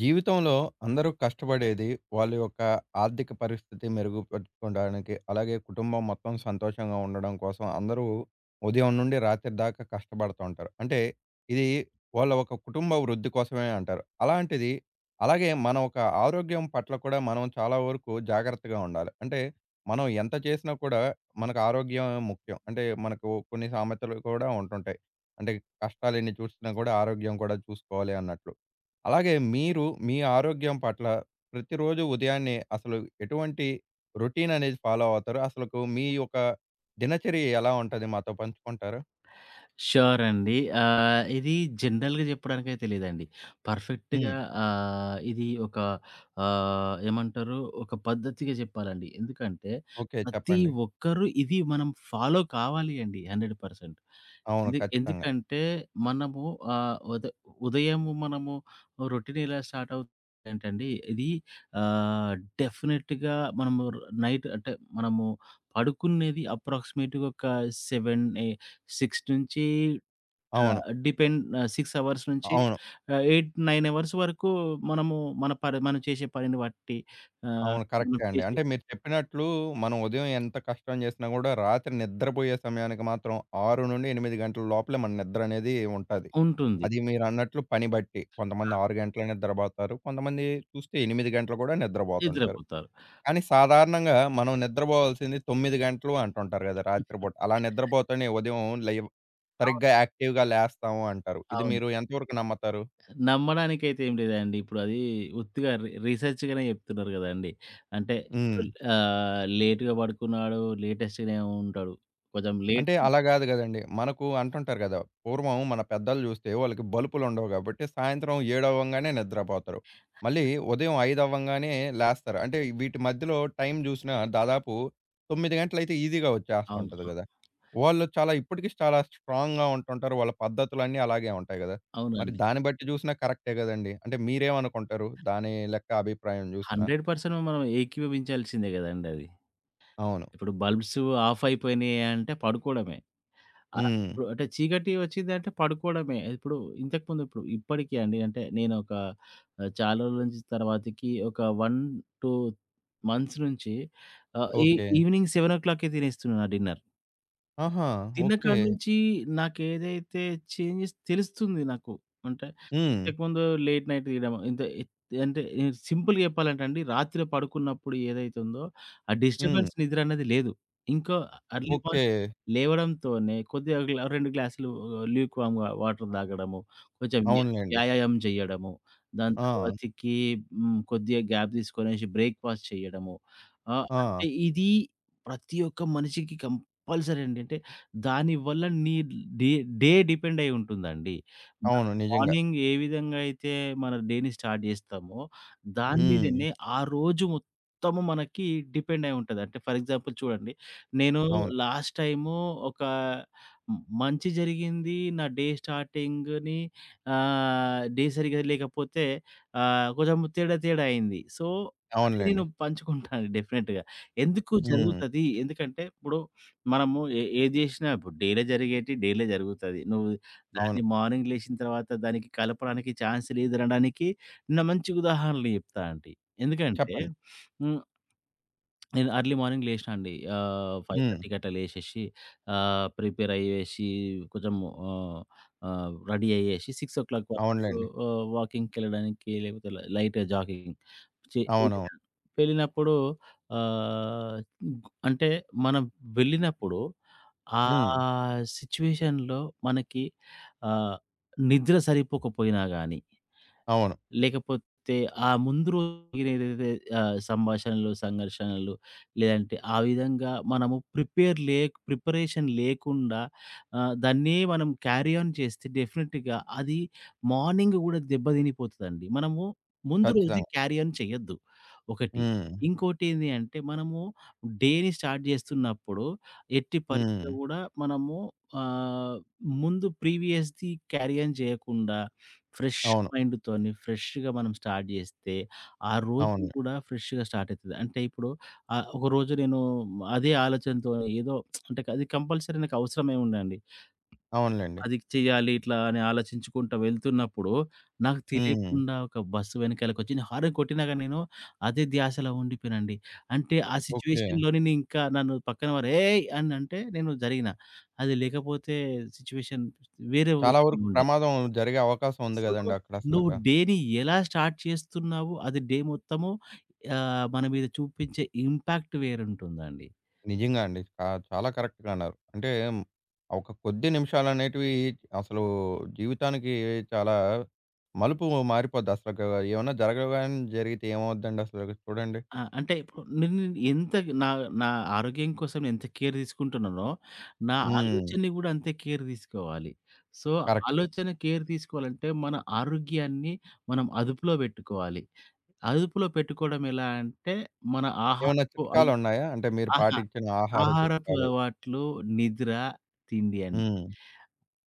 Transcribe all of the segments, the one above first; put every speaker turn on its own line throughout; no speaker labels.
జీవితంలో అందరూ కష్టపడేది వాళ్ళ యొక్క ఆర్థిక పరిస్థితి మెరుగుపరుచుకోవడానికి, అలాగే కుటుంబం మొత్తం సంతోషంగా ఉండడం కోసం అందరూ ఉదయం నుండి రాత్రి దాకా కష్టపడుతూ ఉంటారు. అంటే ఇది వాళ్ళ ఒక కుటుంబ వృద్ధి కోసమే అంటారు. అలాగే మన ఒక ఆరోగ్యం పట్ల కూడా మనం చాలా వరకు జాగ్రత్తగా ఉండాలి. అంటే మనం ఎంత చేసినా కూడా మనకు ఆరోగ్యం ముఖ్యం. అంటే మనకు కొన్ని సామెతలు కూడా ఉంటుంటాయి. అంటే కష్టాలు ఎన్ని చూసినా కూడా ఆరోగ్యం కూడా చూసుకోవాలి అన్నట్లు. అలాగే మీరు మీ ఆరోగ్యం పట్ల ప్రతిరోజు ఉదయాన్నే అసలు ఎటువంటి రొటీన్ అనేది ఫాలో అవుతారు? అసలకు మీ యొక్క దినచర్య ఎలా ఉంటది మాతో పంచుకుంటారా?
ష్యూర్ అండి. ఇది జనరల్‌గా చెప్పడానికైతే లేదండి. పర్ఫెక్ట్‌గా
హ్మ్.
ఇది ఒక ఆహ్, ఏమంటారు ఒక పద్ధతిగా చెప్పాలండి. ఎందుకంటే
ఓకే.
ప్రతి
చెప్పండి.
ఒక్కరు ఇది మనం ఫాలో కావాలి అండి 100%.
అవును.
ఎందు
ఖచ్చితంగా.
ఎందుకంటే మనము ఆహ్, ఉద ఉదయము మనము రొటీన్ ఎలా స్టార్ట్ అవుతుందంటండి. ఇది ఆహ్, డెఫినిట్‌గా మనము నైట్ అంటే మనము పడుకునేది అప్రాక్సిమేట్‌గా ఒక 7, 6 నుంచి
అవును.
6 అవర్స్ నుంచి
అవును.
8, 9 అవర్స్ వరకు మనము మన పని మనం చేసే పనిని బట్టి. ఆహ్,
అవును.
మనం
కరెక్టే అండి.
చేసే
అంటే మీరు చెప్పినట్లు మనం ఉదయం ఎంత కష్టం చేసినా గూడా రాత్రి నిద్రపోయే సమయానికి మాత్రం 6-8 గంటల లోపలే మన నిద్ర అనేది ఉంటది.
ఉంటుంది.
అది మీరన్నట్లు పని బట్టి.
ఆ!
కొంతమంది 6 గంటలే నిద్రబోతారు. కొంతమంది చూస్తే 8 గంటలు కూడా నిద్రబోతుంటారు.
నిద్రపోతారు.
కానీ సాధారణంగా మనం నిద్రపోవాల్సింది 9 గంటలు అంటుంటారు గదా! రాత్రిపూట. అలా నిద్రపోతేనే ఉదయం లేవ
అవును.
సరిగ్గా యాక్టివ్‌గా లేస్తాము అంటారు. ఇది
అవును.
మీరు ఎంతవరకు నమ్ముతారు?
నమ్మడానికైతే ఏం లేదండి. ఇప్పుడు అది ఉత్తిగా రీసెర్చ్‌గానే చెప్తున్నారు గదండీ. అంటే ఇప్పుడు
హ్మ్.
లేట్‌గా పడుకున్నాడు, లేటెస్ట్‌గానే ఉంటాడు. కొంచెం లేట్
అంటే అలా గాదు గదండీ. మనకు అంటుంటారు గదా! పూర్వం మన పెద్దలు జూస్తే వాళ్ళకి బలుపులుండవు గాబట్టి, సాయంత్రం 7 అవ్వంగానే నిద్రపోతారు. మళ్ళీ ఉదయం 5 అవ్వంగానే లేస్తారు. అంటే వీటి మధ్యలో టైం జూసినా దాదాపు 9 గంటలైతే ఈజీగా
అవును.
వచ్చేస్తుంటది గదా! వాళ్ళు చాలా ఇప్పటికి చాలా స్ట్రాంగ్‌గా ఉంటుంటారు. వాళ్ళ పద్ధతులన్నీ అలాగే ఉంటాయి గదా! మరి
అవునండి.
దాన్ని బట్టి జూసినా కరెక్టే గదండీ. అంటే మీరేమనుకుంటారు? దాని లెక్క అభిప్రాయం జూసినా?
100% మనం ఏకీభవించాల్సిందే గదండీ అది.
అవును.
ఇప్పుడు బల్బ్స్ ఆఫ్ అయిపోయినాయి అంటే పడుకోవడమే.
హ్మ్.
ఇప్పుడు అంటే చీకటి వచ్చిందంటే పడుకోవడమే. ఇప్పుడు ఇంతకుముందు ఇప్పుడు ఇప్పటికి అండి, అంటే నేను చాలా రోజుల నుంచి తర్వాతకి ఒక 1, 2 మంత్స్ నుంచి ఆహ్, ఈ
ఓకే.
ఈవినింగ్ 7:00కే తినేస్తున్నా డిన్నర్.
ఆహా! ఓకే.
తిన్నకాడ నుంచి నాకేదైతే చేంజెస్ తెలుస్తుంది నాకు. అంటే
హ్మ్.
ఇంతకుముందు లేట్ నైట్ తీయడం ఇంత ఎత్ అంటే సింపుల్‌గా చెప్పాలంటే అండి, రాత్రి పడుకున్నప్పుడు ఏదైతే ఉందో ఆ
హ్మ్.
డిస్టర్బెన్స్ నిద్ర అనేది లేదు. ఇంకా ఎర్లీ
ఓకే.
మార్నింగ్ లేవడంతోనే కొద్దిగా 2 గ్లాసులు ల్యూక్ వార్మ్ వాటర్ తాగడము, కొంచెం
అవునులెండి.
వ్యాయామం చేయడము, దాని
ఆ!
తర్వాతకి కొద్దిగా గ్యాప్ తీసుకొనేసి బ్రేక్‌ఫాస్ట్ చేయడము.
ఆ!
అంటే ఇది ప్రతి ఒక్క మనిషికి కంపల్సరీ అండి. అంటే దానివల్ల నీ డే డే డిపెండ్ అయి ఉంటుందండి. మనం
అవును. నిజంగా.
మార్నింగ్ ఏ విధంగా అయితే మన డేని స్టార్ట్ జేస్తామో, దాని
హ్మ్.
మీదనే ఆ రోజు మొత్తము మనకి డిపెండ్ అయి ఉంటది. అంటే ఫర్ ఎగ్జాంపుల్ చూడండి, నేను
అవును.
లాస్ట్ టైము ఒక మంచి జరిగింది. నా డే స్టార్టింగ్‌ని, డే సరిగ్గా లేకపోతే కొంచెం తేడా తేడా అయింది. సో, అది నేను
అవునులెండి.
పంచుకుంటాను డెఫినిట్‌గా. ఎందుకు
హ్మ్.
జరుగుతది? ఎందుకంటే ఇప్పుడు మనము ఏది జేసినా ఇప్పుడు డేలే జరిగేటివి డేలే జరుగుతది. నువ్వు
అవును.
దాన్ని మార్నింగ్ లేచిన తర్వాత దానికి కలపడానికి ఛాన్స్ లేదనడానికి నిన్న మంచి ఉదాహరణలు జెప్తా అండి. ఎందుకంటే
చెప్పండి.
హ్మ్. నేను ఎర్లీ మార్నింగ్ లేసినా అండి.
హ్మ్.
5:30కి అట్లా లేసేసి ప్రిపేర్ అయ్యేసి కొంచెం ఆహ్, ఆహ్, రెడీ అయ్యేసి 6:00 వరకు
అవునులెండి.
వాకింగ్‌కెళ్ళడానికి లేకపోతే లైట్ జాగింగ్ చే
అవునవును.
వెళ్ళాను. వెళ్ళినప్పుడు ఆహ్, అంటే మనం వెళ్ళినప్పుడు ఆ
హ్మ్.
సిట్యుయేషన్‌లో మనకి ఆహ్, నిద్ర సరిపోకపోయినా గాని,
అవును.
లేకపోతే ఆ ముందు రోజునేదైతే సంభాషణలు, సంఘర్షణలు, లేదంటే ఆ విధంగా మనము ప్రిపేర్ లేక్ ప్రిపరేషన్ లేకుండా దాన్నే మనం క్యారీ ఆన్ చేస్తే, డెఫినెట్‌గా అది మార్నింగ్ గూడా దెబ్బతినిపోతదండి. మనము ముందు రోజు
ఖచ్చితంగా.
క్యారీ ఆన్ చేయొద్దు ఒకటి.
హ్మ్.
ఇంకోటేంది అంటే మనము డే‌ని స్టార్ట్ జేస్తున్నప్పుడు ఎట్టి
హ్మ్.
పరిస్థితిలో గూడా మనము ఆహ్, ముందు ప్రీవియస్‌ది క్యారీ ఆన్ జేయకుండా ఫ్రెష్
అవును.
మైండ్‌తోని ఫ్రెష్‌గా మనం స్టార్ట్ జేస్తే, ఆ రోజు
అవును.
గూడా ఫ్రెష్‌గా స్టార్ట్ అయితది. అంటే ఇప్పుడు ఒకరోజు నేను అదే ఆలోచనతో ఏదో, అంటే అది కంపల్సరీ నాకు అవసరమేముందండి?
అవునులెండి.
అది చెయ్యాలి ఇట్లా అని ఆలోచించుకుంటా వెళ్తున్నప్పుడు, నాకు
హ్మ్.
తెలియకుండా ఒక బస్సు వెనకాలకొచ్చి నేను హారన్ కొట్టినా గాని నేను అదే ధ్యాసలో ఉండిపోయానండి. అంటే ఆ
ఓకే.
సిట్యుయేషన్‌లో నన్ను పక్కన వారు "ఏయ్!" అని అంటే నేను జరిగినా. అది లేకపోతే సిట్యుయేషన్ వేరే
చాలా వరకు ప్రమాదం జరిగే అవకాశం ఉంది
సో,
గదండీ అక్కడసలక.
నువ్వు డేని ఎలా స్టార్ట్ చేస్తున్నావు, అది డే మొత్తము మన మీద చూపించే ఇంపాక్ట్ వేరుంటుందండి.
నిజంగా అండి. ఆ! చాలా కరెక్ట్‌గా అన్నారు. అంటే మ్, ఒక కొద్ది నిమిషాలనేటివి అసలు జీవితానికి చాలా మలుపు మారిపోద్ది. అసలు ఏమన్నా జరగగానే జరిగితే ఏమవుద్దండి అసలు చూడండి.
ఆ! అంటే ఇప్పుడు నేను ఎంత నా నా ఆరోగ్యం కోసం ఎంత కేర్ తీసుకుంటున్నానో, నా
హ్మ్.
ఆలోచనని గూడా అంతే కేర్ తీసుకోవాలి. So,
correct.
ఆలోచన కేర్ తీసుకోవాలంటే మన ఆరోగ్యాన్ని మనం అదుపులో పెట్టుకోవాలి. అదుపులో పెట్టుకోవడం ఎలా అంటే, మన
ఏమన్నా
ఆహారపు అల్
చిట్కాలున్నాయా? అంటే మీరు
ఆహా!
పాటించిన ఆహార
ఆహారపు
చిట్కాలు?
అలవాట్లు, నిద్ర, తిండి అండి.
హ్మ్.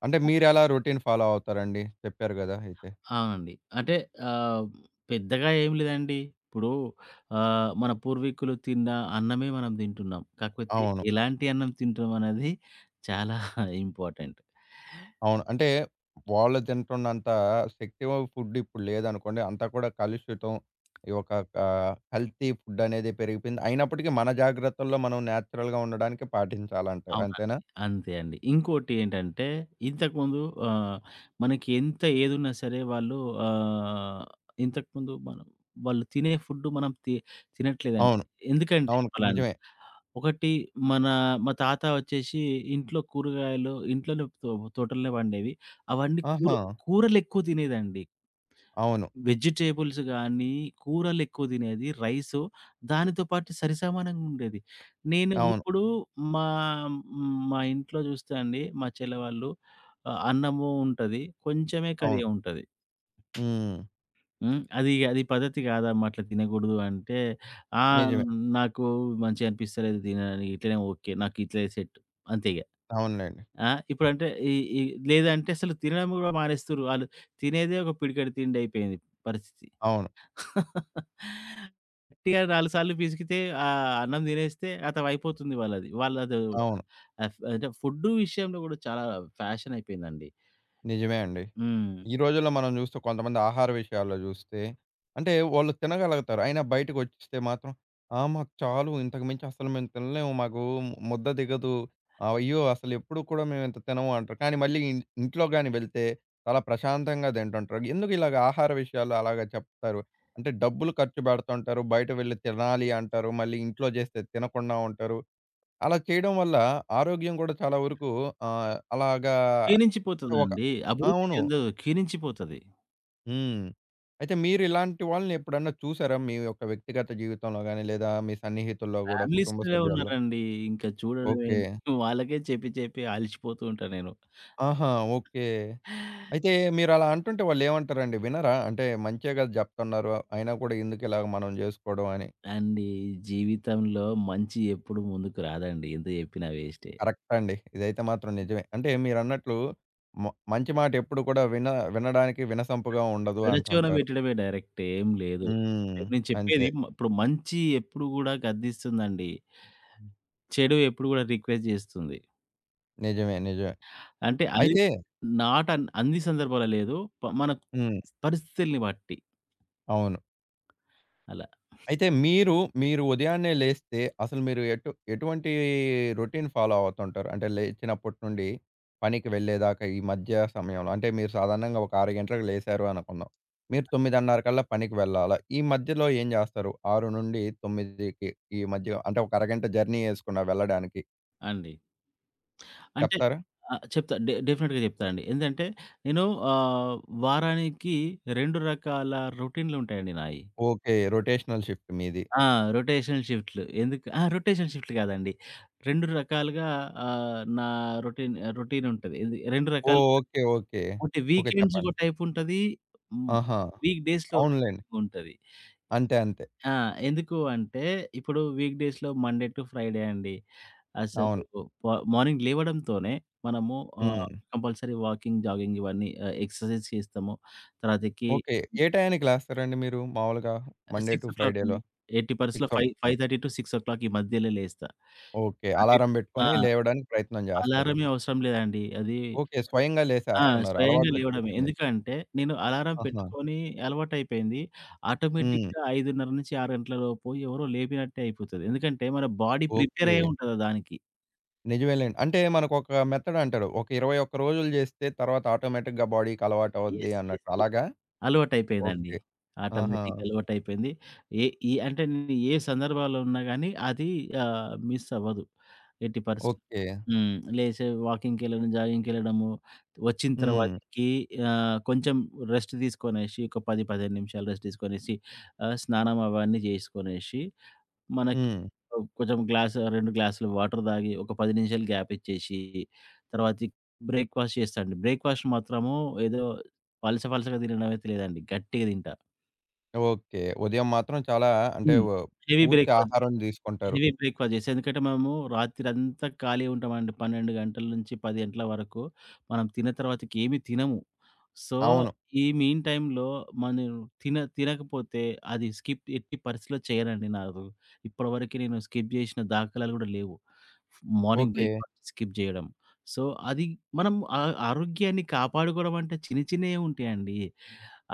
అంటే మీరెలా రొటీన్ ఫాలో అవుతారండి? చెప్పారు గదా! అయితే.
అవునండి. అంటే ఆహ్, పెద్దగా ఏం లేదండి. ఇప్పుడు మన పూర్వీకులు తిన్న అన్నమే మనం తింటున్నాం. కాకపోతే
అవును.
ఎలాంటి అన్నం తింటున్నాం అనేది చాలా ఇంపార్టెంట్.
అవును. అంటే వాళ్ళు తింటున్నంత శక్తి ఫుడ్ ఇప్పుడు లేదనుకోండి. అంతా కూడా కలుషితం. ఈ ఒక కల్తీ ఫుడ్ అనేది పెరిగిపోయింది. అయినప్పటికీ మన జాగ్రత్తల్లో మనం నేచురల్‌గా ఉండడానికి పాటించాలంటారు.
అవునండి.
అంతేనా?
అంతే అండి. ఇంకోటి ఏంటంటే ఇంతకుముందు ఆహ్, మనకి ఎంత ఏదున్నా సరే వాళ్ళు ఆహ్, ఇంతకుముందు మనం వాళ్ళు తినే ఫుడ్ మనం తినట్లేదండి.
అవును.
ఎందుకంటే
అవును.
పలానా
నిజమే.
ఒకటి మన మా తాత వచ్చేసి ఇంట్లో కూరగాయలు ఇంట్లోనే తోటలోనే పండేవి. అవన్నీ
ఆహా!
కూరలెక్కువ తినేదండి.
అవును.
వెజిటబుల్స్ గానీ, కూరలెక్కువ తినేది. రైసు దానితో పాటు సరిసమానంగా ఉండేది. నేను
అవును.
ఇప్పుడు మా మా ఇంట్లో చూస్తే అండి, మా చెల్లె వాళ్ళు, అన్నము ఉంటది. కొంచెమే కర్రీ
అవును.
ఉంటది.
హ్మ్.
హ్మ్. అది అది పద్ధతి కాదమ్మా! అట్లా తినకూడదు అంటే, ఆ!
నిజమే.
నాకు మంచిగా అనిపిస్తలేదు తినడానికి ఇట్లనే ఓకే. నాకు ఇట్లే సెట్, అంతే ఇగ.
అవునులెండి.
ఆ! ఇప్పుడంటే ఈ ఈ లేదంటే అసలు తినడం కూడా మానేస్తుర్రు. ఆళ్ళు తినేదే ఒక పిడికెడు తిండి అయిపోయింది పరిస్థితి.
అవును.
గట్టిగా 4 సార్లు పిసికితే అన్నం తినేస్తే ఖతం అయిపోతుంది వాళ్ళది. వాళ్ళది
అవును.
అఫ్ అంటే ఫుడ్ విషయంలో కూడా చాలా ఫ్యాషన్ అయిపోయిందండి.
నిజమే అండి.
హ్మ్.
ఈ రోజుల్లో మనం చూస్తే కొంతమంది ఆహార విషయాల్లో చూస్తే అంటే వాళ్ళు తినగలుగుతారు. అయినా బయటకొచ్చేస్తే మాత్రం, "ఆ! మాకు చాలు, ఇంతకు మించి అసలు మేము తినలేము. మాకు ముద్ద దిగదు. ఆహ్, అయ్యో! అసలు ఎప్పుడు కూడా మేము ఇంత తినము" అంటారు. కానీ మళ్ళీ ఇంట్లో గాని వెళ్తే చాలా ప్రశాంతంగా తింటుంటారు. ఎందుకు ఇలాగ ఆహార విషయాల్లో అలాగా చెప్తారు? అంటే డబ్బులు ఖర్చు పెడుతుంటారు. బయట వెళ్లి తినాలి అంటారు. మళ్ళీ ఇంట్లో చేస్తే తినకుండా ఉంటారు. అలా చేయడం వల్ల ఆరోగ్యం కూడా చాలా వరకు అలాగా ఒక
క్షీణించిపోతదండి. అభివృద్ధి
అవును.
చెందదు. క్షీణించిపోతది.
హ్మ్. అయితే మీరిలాంటి వాళ్ళని ఎప్పుడన్నా చూసారా? మీ యొక్క వ్యక్తిగత జీవితంలో గాని, లేదా మీ సన్నిహితుల్లో గూడా, కుటుంబ
ఫ్యామిలీస్‌లో
సభ్యుల్లో?
ఉన్నారండి. ఇంకా చూడడమే
ఓకే.
వాళ్ళకే చెప్పి చెప్పి అలిసిపోతూ ఉంటా నేను.
ఆహా! ఓకే. అయితే మీరలా అంటుంటే వాళ్ళేమంటారండి? వినరా? అంటే మంచే గదా జెప్తున్నారు. అయినా కూడా ఎందుకిలాగ మనం జేసుకోవడం అని.
అండి, జీవితంలో మంచి ఎప్పుడు ముందుకు రాదండి. ఎంత చెప్పినా వేస్టే.
కరెక్ట్ అండి. ఇదైతే మాత్రం నిజమే. అంటే మీరన్నట్లు మ మంచి మాట ఎప్పుడు కూడా వినడానికి వినసొంపుగా ఉండదు
పెడచెవిన
అంటుంటారు.
పెట్టడమే, డైరెక్ట్ ఏం లేదు.
హ్మ్.
నేను చెప్పేది
అంతే.
ఇప్పుడు మంచి ఎప్పుడు గూడా గద్దిస్తుందండి. చెడు ఎప్పుడు గూడా రిక్వెస్ట్ జేస్తుంది.
నిజమే. నిజమే.
అంటే అది
అయితే
నాట్ అన్ అన్ని సందర్భాల్లో లేదు. మన
హ్మ్.
పరిస్థితుల్ని బట్టి
అవును.
అలా
అయితే మీరు, మీరు ఉదయాన్నే లేస్తే అసలు మీరు ఎటువంటి రొటీన్ ఫాలో అవుతుంటారు? అంటే లేచినప్పటి నుండి పనికి వెళ్ళేదాకా ఈ మధ్య సమయంలో అంటే మీరు సాధారణంగా ఒక 6 గంటలకు లేసారు అనుకుందాం. మీరు 9:30 కల్లా పనికి వెళ్ళాలా? ఈ మధ్యలో ఏం చేస్తారు? 6-9కి ఈ మధ్య అంటే ఒక అరగంట జర్నీ యేసుకున్నా వెళ్ళడానికి
అండి. అంటే
చెప్తారా?
ఆ! చెప్తా. డెఫినిట్‌గా చెప్తా అండి. ఏందంటే నేను ఆహ్, వారానికి 2 రకాల రొటీన్‌లుంటాయండి నాయి.
ఓకే. రొటేషనల్ షిఫ్ట్ మీది.
ఆ! రొటేషనల్ షిఫ్ట్‌లు. ఎందుకు ఆ! రొటేషనల్ షిఫ్ట్‌లు కాదండి. 2 రకాలుగా నా రొటీనుంటది. ఇది 2 రకాలు.
ఓహ్! ఓకే. ఓకే.
అంటే
ఓకే.
వీకెండ్స్ ఒక
చెప్పండి.
టైపుంటది. హ్మ్.
ఆహా!
వీక్ డేస్‌లో
అవునులెండి.
ఉంటది.
అంతే. అంతే.
ఆ! ఎందుకు అంటే, ఇప్పుడు వీక్ డేస్‌లో మండే టు ఫ్రైడే అండి. అసలు
అవును.
ప మార్నింగ్ లేవడంతోనే మనము ఆహ్,
హ్మ్.
కంపల్సరీ వాకింగ్, జాగింగ్ ఇవన్నీ, ఎక్సర్సైజ్ చేస్తాము. తర్వాతకి
ఓకే. ఏ టయానికి లేస్తారండి మీరు మామూలుగా మండే టు
6:00
ఫ్రైడే‌లో?
అండి. 80%
6:00.
5:30-6:00 ఈ మధ్యలో లేస్తా.
ఓకే.
అంటే
అలారం
ఆ!
బెట్టుకొని లేవడానికి ప్రయత్నం జేస్తారు.
అలారమే అవసరం లేదండి. అది
ఓకే. స్వయంగా
ఆ!
లేసేస్తున్నారు.
స్వయంగా లేవడమే.
అలవాటొచ్చేసింది.
ఎందుకంటే నేను అలారం
ఆహా!
పెట్టుకొని అలవాటయిపోయింది.
హ్మ్.
ఆటోమేటిక్‌గా 5:30-6 గంటల లోపు ఎవరో లేపినట్టే అయిపోతది. ఎందుకంటే మన బాడీ ప్రిపేర్
ఓకే.
అయ్యే ఉంటది దానికి.
నిజమేలెండి. అంటే మనకొక మెథడంటారు. ఒక 21 రోజులు జేస్తే తర్వాత ఆటోమేటిక్‌గా బాడీకి అలవాటవుద్ది
యెస్. యెస్.
అన్నట్టు.
యెస్.
అలాగా?
అలవాటయిపోయిందండి.
ఓకే. ఆహా!
ఆటోమేటిక్‌గా అలవాటయిపోయింది. ఏ ఈ అంటే నేను ఏ సందర్భాల్లో ఉన్నా గానీ అది మిస్ అవ్వదు. ఎట్టి పరిస్థితి.
ఓకే.
లేసి వాకింగ్‌కెళ్ళడం, జాగింగ్‌కెళ్ళడము, వచ్చిన
హ్మ్.
తర్వాతకి కొంచెం రెస్ట్ తీసుకొనేసి, ఒక 10, 15 నిమిషాలు రెస్ట్ తీసుకొనేసి, స్నానం అవన్నీ జేసుకొనేసి మనకి
హ్మ్.
2 గ్లాసులు వాటర్ తాగి, ఒక 10 నిమిషాలు గ్యాప్ ఇచ్చేసి, తర్వాతికి బ్రేక్‌ఫాస్ట్ చేస్తా అండి. బ్రేక్‌ఫాస్ట్ మాత్రము ఏదో పలస పలసగా తినడం అయితే లేదండి. గట్టిగా తింటా.
ఓకే. ఉదయం మాత్రం చాలా అంటే
హ్మ్. హెవీ
పూర్తి
బ్రేక్‌ఫాస్ట్.
ఆహారం దీసుకుంటారు.
హెవీ బ్రేక్‌ఫాస్ట్ చేసి. ఎందుకంటే మనము రాత్రంతా ఖాళీ ఉంటామండి. 12 గంటల నుంచి 10 గంటల వరకు మనం తిన్న తర్వాతకి ఏమి తినము. సో,
అవును.
ఈ మీన్ టైమ్‌లో మనం తినకపోతే, అది స్కిప్ ఎట్టి పరిస్థితిలో చేయనండి నాకు. ఇప్పటివరకు నేను స్కిప్ చేసిన దాఖలాలు కూడా లేవు. Morning
okay.
బ్రేక్‌ఫాస్ట్ స్కిప్ చేయడం. సో, అది మనం ఆ ఆరోగ్యాన్ని కాపాడుకోవడం అంటే చిన్న చిన్నయే ఉంటాయండి.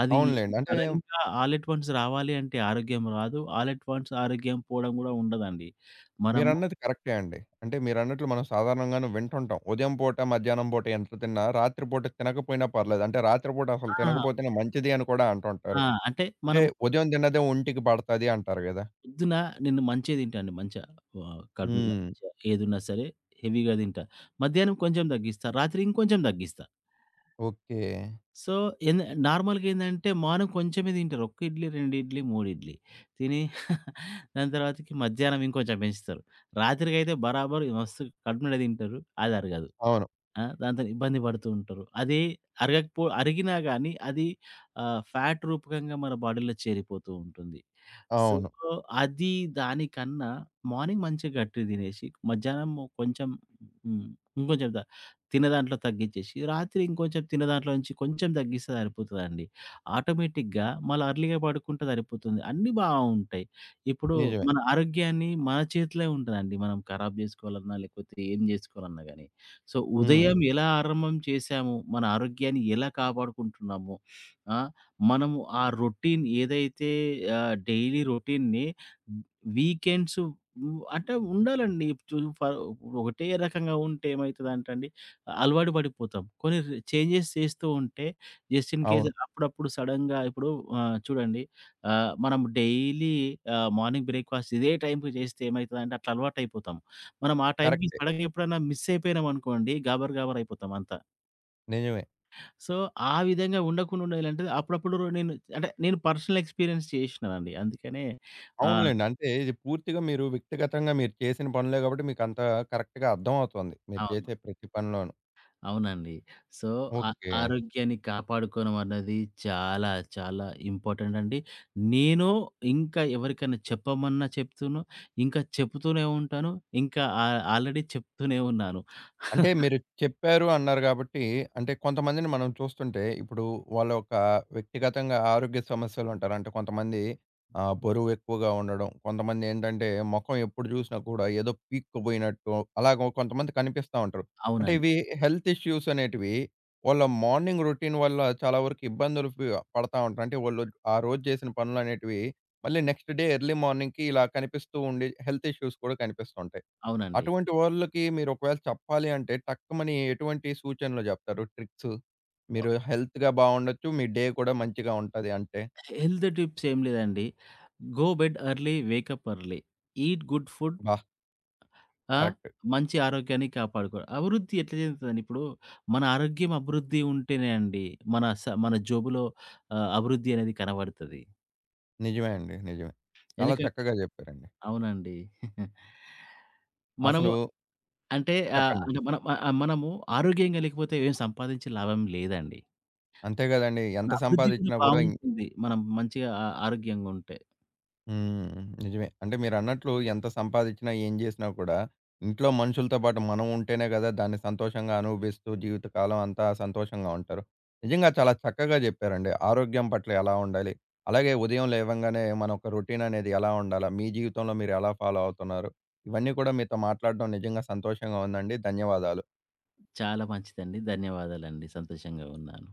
అది
అవునులెండి. అంటే
సడెన్‌గా ఆల్ ఎట్ వన్స్ రావాలి అంటే ఆరోగ్యం రాదు. ఆల్ ఎట్ వన్స్ ఆరోగ్యం పోవడం గూడా ఉండదండి. మనము
మీరన్నది కరెక్టే అండి. అంటే మీరన్నట్లు మనం సాధారణంగానే వింటుంటాం. ఉదయం పూట, మధ్యాహ్నం పూట ఎంత తిన్నా రాత్రి పూట తినకపోయినా పర్లేదు. అంటే రాత్రి పూట అసలు
ఆ!
తినకపోతేనే మంచిది అని కూడా
ఆ!
అంటుంటారు.
అంటే
అంటే
మనం
ఉదయం తిన్నదే ఒంటికి పడతది అంటారు గదా!
పొద్దున, నేను మంచిగా తింటా అండి. మంచిగా కడుపు నిండా
హ్మ్.
మంచిగా ఏదున్నా సరే హెవీగా తింటా. మధ్యాహ్నం కొంచెం తగ్గిస్తా. రాత్రి ఇంకొంచెం తగ్గిస్తా.
ఓకే.
సో, ఏంద నార్మల్‌గా ఏందంటే మార్నింగ్ కొంచెమే తింటారు. ఒక్క ఇడ్లీ, 2 ఇడ్లీ, 3 ఇడ్లీ తిని దాని తర్వాతకి మధ్యాహ్నం ఇంకొంచెం పెంచుతారు. రాత్రికైతే బరాబర్ మస్తు కడుపు నిండా తింటారు. అది అరగదు.
అవును.
ఆ! దాంతోని ఇబ్బంది పడుతూ ఉంటారు. అది అరిగినా గాని అది ఫ్యాట్ రూపకంగా మన బాడీలో చేరిపోతూ ఉంటుంది. సో,
అవును.
అది దానికన్నా మార్నింగ్ మంచిగా గట్టిగ తినేసి, మధ్యాహ్నం కొంచెం, హ్మ్. ఇంకొంచెం తిన్న దాంట్లో తగ్గించేసి, రాత్రి ఇంకొంచెం తిన్న దాంట్లో నుంచి కొంచెం తగ్గిస్తే సరిపోతదండి. ఆటోమేటిక్‌గా మళ్ళా ఎర్లీ‌గా పడుకుంటే సరిపోతుంది. అన్నీ బావుంటాయి. ఇప్పుడు
నిజమే.
మన ఆరోగ్యాన్ని మన చేతిలో ఉంటదండి. మనం ఖరాబ్ జేసుకోవాలన్నా, లేకపోతే ఏం జేసుకోవాలన్నా గాని. సో,
హ్మ్.
ఉదయం ఎలా ఆరంభం చేశాము, మన ఆరోగ్యాన్ని ఎలా కాపాడుకుంటున్నాము. ఆ! మనము ఆ రొటీన్ ఏదైతే, డైలీ రొటీన్‌ని, వీకెండ్స్, అంటే ఉండాలండి. ఇప్పుడు ఒకటే రకంగా ఉంటే ఏమైతదంటే అండి, అలవాటు పడిపోతాం. కొన్ని చేంజెస్ చేస్తూ ఉంటే జస్ట్ ఇన్ కేస్
అవును.
అప్పుడప్పుడు సడెన్‌గా, ఇప్పుడు చూడండి, మనం డైలీ మార్నింగ్ బ్రేక్‌ఫాస్ట్ ఇదే టైంకి చేస్తే ఏమైతదంటే అట్లా అలవాటయిపోతాం. మనం ఆ టైంకి
కరెక్టే.
సడెన్‌గా ఎప్పుడైనా మిస్ అయిపోయినామనుకోండి, గాబర్ గాబర్ అయిపోతాం అంతా.
నిజమే.
సో, ఆ విధంగా ఉండకుండా ఉండాలంటే అప్పుడప్పుడు నేను, అంటే నేను పర్సనల్ ఎక్స్‌పీరియన్స్ చేసినానండి. అందుకనే ఆహ్,
అవునులెండి. అంటే ఇది పూర్తిగా మీరు వ్యక్తిగతంగా మీరు చేసిన పనులే గాబట్టి మీకంత కరెక్ట్‌గా అర్థమవుతుంది. మీరు
అవును.
చేసే ప్రతి పనిలోను.
అవునండి. సో, ఆ
ఓకే.
ఆరోగ్యాన్ని కాపాడుకోవడం అన్నది చాలా, చాలా ఇంపార్టెంట్ అండి. నేను ఇంకా ఎవరికైనా చెప్పమన్నా చెప్తును. ఇంకా చెప్తూనే ఉంటాను. ఇంకా ఆల్రెడీ చెప్తూనే ఉన్నాను.
అంటే మీరు చెప్పారు అన్నారు కాబట్టి, అంటే కొంతమందిని మనం చూస్తుంటే, ఇప్పుడు వాళ్ళ యొక్క వ్యక్తిగతంగా ఆరోగ్య సమస్యలు అంటారు. అంటే కొంతమంది ఆహ్, బరువు ఎక్కువగా ఉండడం, కొంతమంది ఏంటంటే మొఖం ఎప్పుడు చూసినా కూడా ఏదో పీక్కుపోయినట్టు అలాగ కొంతమంది కనిపిస్తా ఉంటారు. అంటే
అవునండి.
ఇవి హెల్త్ ఇష్యూస్ అనేటివి వాళ్ళ మార్నింగ్ రొటీన్ వల్ల చాలా వరకు ఇబ్బందులు పడతా ఉంటారు. అంటే వాళ్ళు ఆ రోజు చేసిన పనులనేటివి మళ్ళీ నెక్స్ట్ డే ఎర్లీ మార్నింగ్‌కి ఇలా కనిపిస్తూ ఉండి హెల్త్ ఇష్యూస్ కూడా కనిపిస్తుంటాయి.
అవునండి.
అటువంటి వాళ్ళకి మీరొకవేళ చెప్పాలి అంటే టక్కుమని ఎటువంటి సూచనలు జెప్తారు? ట్రిక్స్? మీరు హెల్త్‌గా బావుండొచ్చు. మీ డే కూడా మంచిగా ఉంటది అంటే?
హెల్త్ టిప్స్ ఏం లేదండి. Go bed early, wake up early. Eat good food.
అబ్బా!
ఆ!
కరెక్ట్.
మంచి ఆరోగ్యాన్ని కాపాడుకో అభివృద్ధి ఎట్లా చెందుతదండి? ఇప్పుడు మన ఆరోగ్యం అభివృద్ధి ఉంటేనే అండి మన జోబులో అభివృద్ధి అనేది కనబడతది.
నిజమే అండి. నిజమే. చాలా
ఎందుకంటే
చక్కగా జెప్పారండి.
అవునండి. మనము
అసలు
అంటే
చెప్పండి.
మనం మనము ఆరోగ్యంగా లేకపోతే ఏం సంపాదించి లాభం లేదండి.
అంతే గదండీ.
మన
ఎంత
అభివృద్ధి కూడా
సంపాదిచ్చినా గూడా
బావుంటుంది. మనం మంచిగా ఆరోగ్యంగుంటే.
హ్మ్. నిజమే. అంటే మీరన్నట్లు ఎంత సంపాదిచ్చినా, ఏం జేసినా కూడా ఇంట్లో మనుషులతో పాటు మనం ఉంటేనే గదా! దాన్ని సంతోషంగా అనుభవిస్తూ జీవితకాలం అంతా సంతోషంగా ఉంటారు. నిజంగా చాలా చక్కగా జెప్పారండి. ఆరోగ్యం పట్ల ఎలా ఉండాలి? అలాగే ఉదయం లేవంగానే మన ఒక రొటీన్ అనేది ఎలా ఉండాలా? మీ జీవితంలో మీరు ఎలా ఫాలో అవుతున్నారు? ఇవన్నీ కూడా మీతో మాట్లాడడం నిజంగా సంతోషంగా ఉందండి. ధన్యవాదాలు.
చాలా మంచిదండి. ధన్యవాదాలండి. సంతోషంగా ఉన్నాను.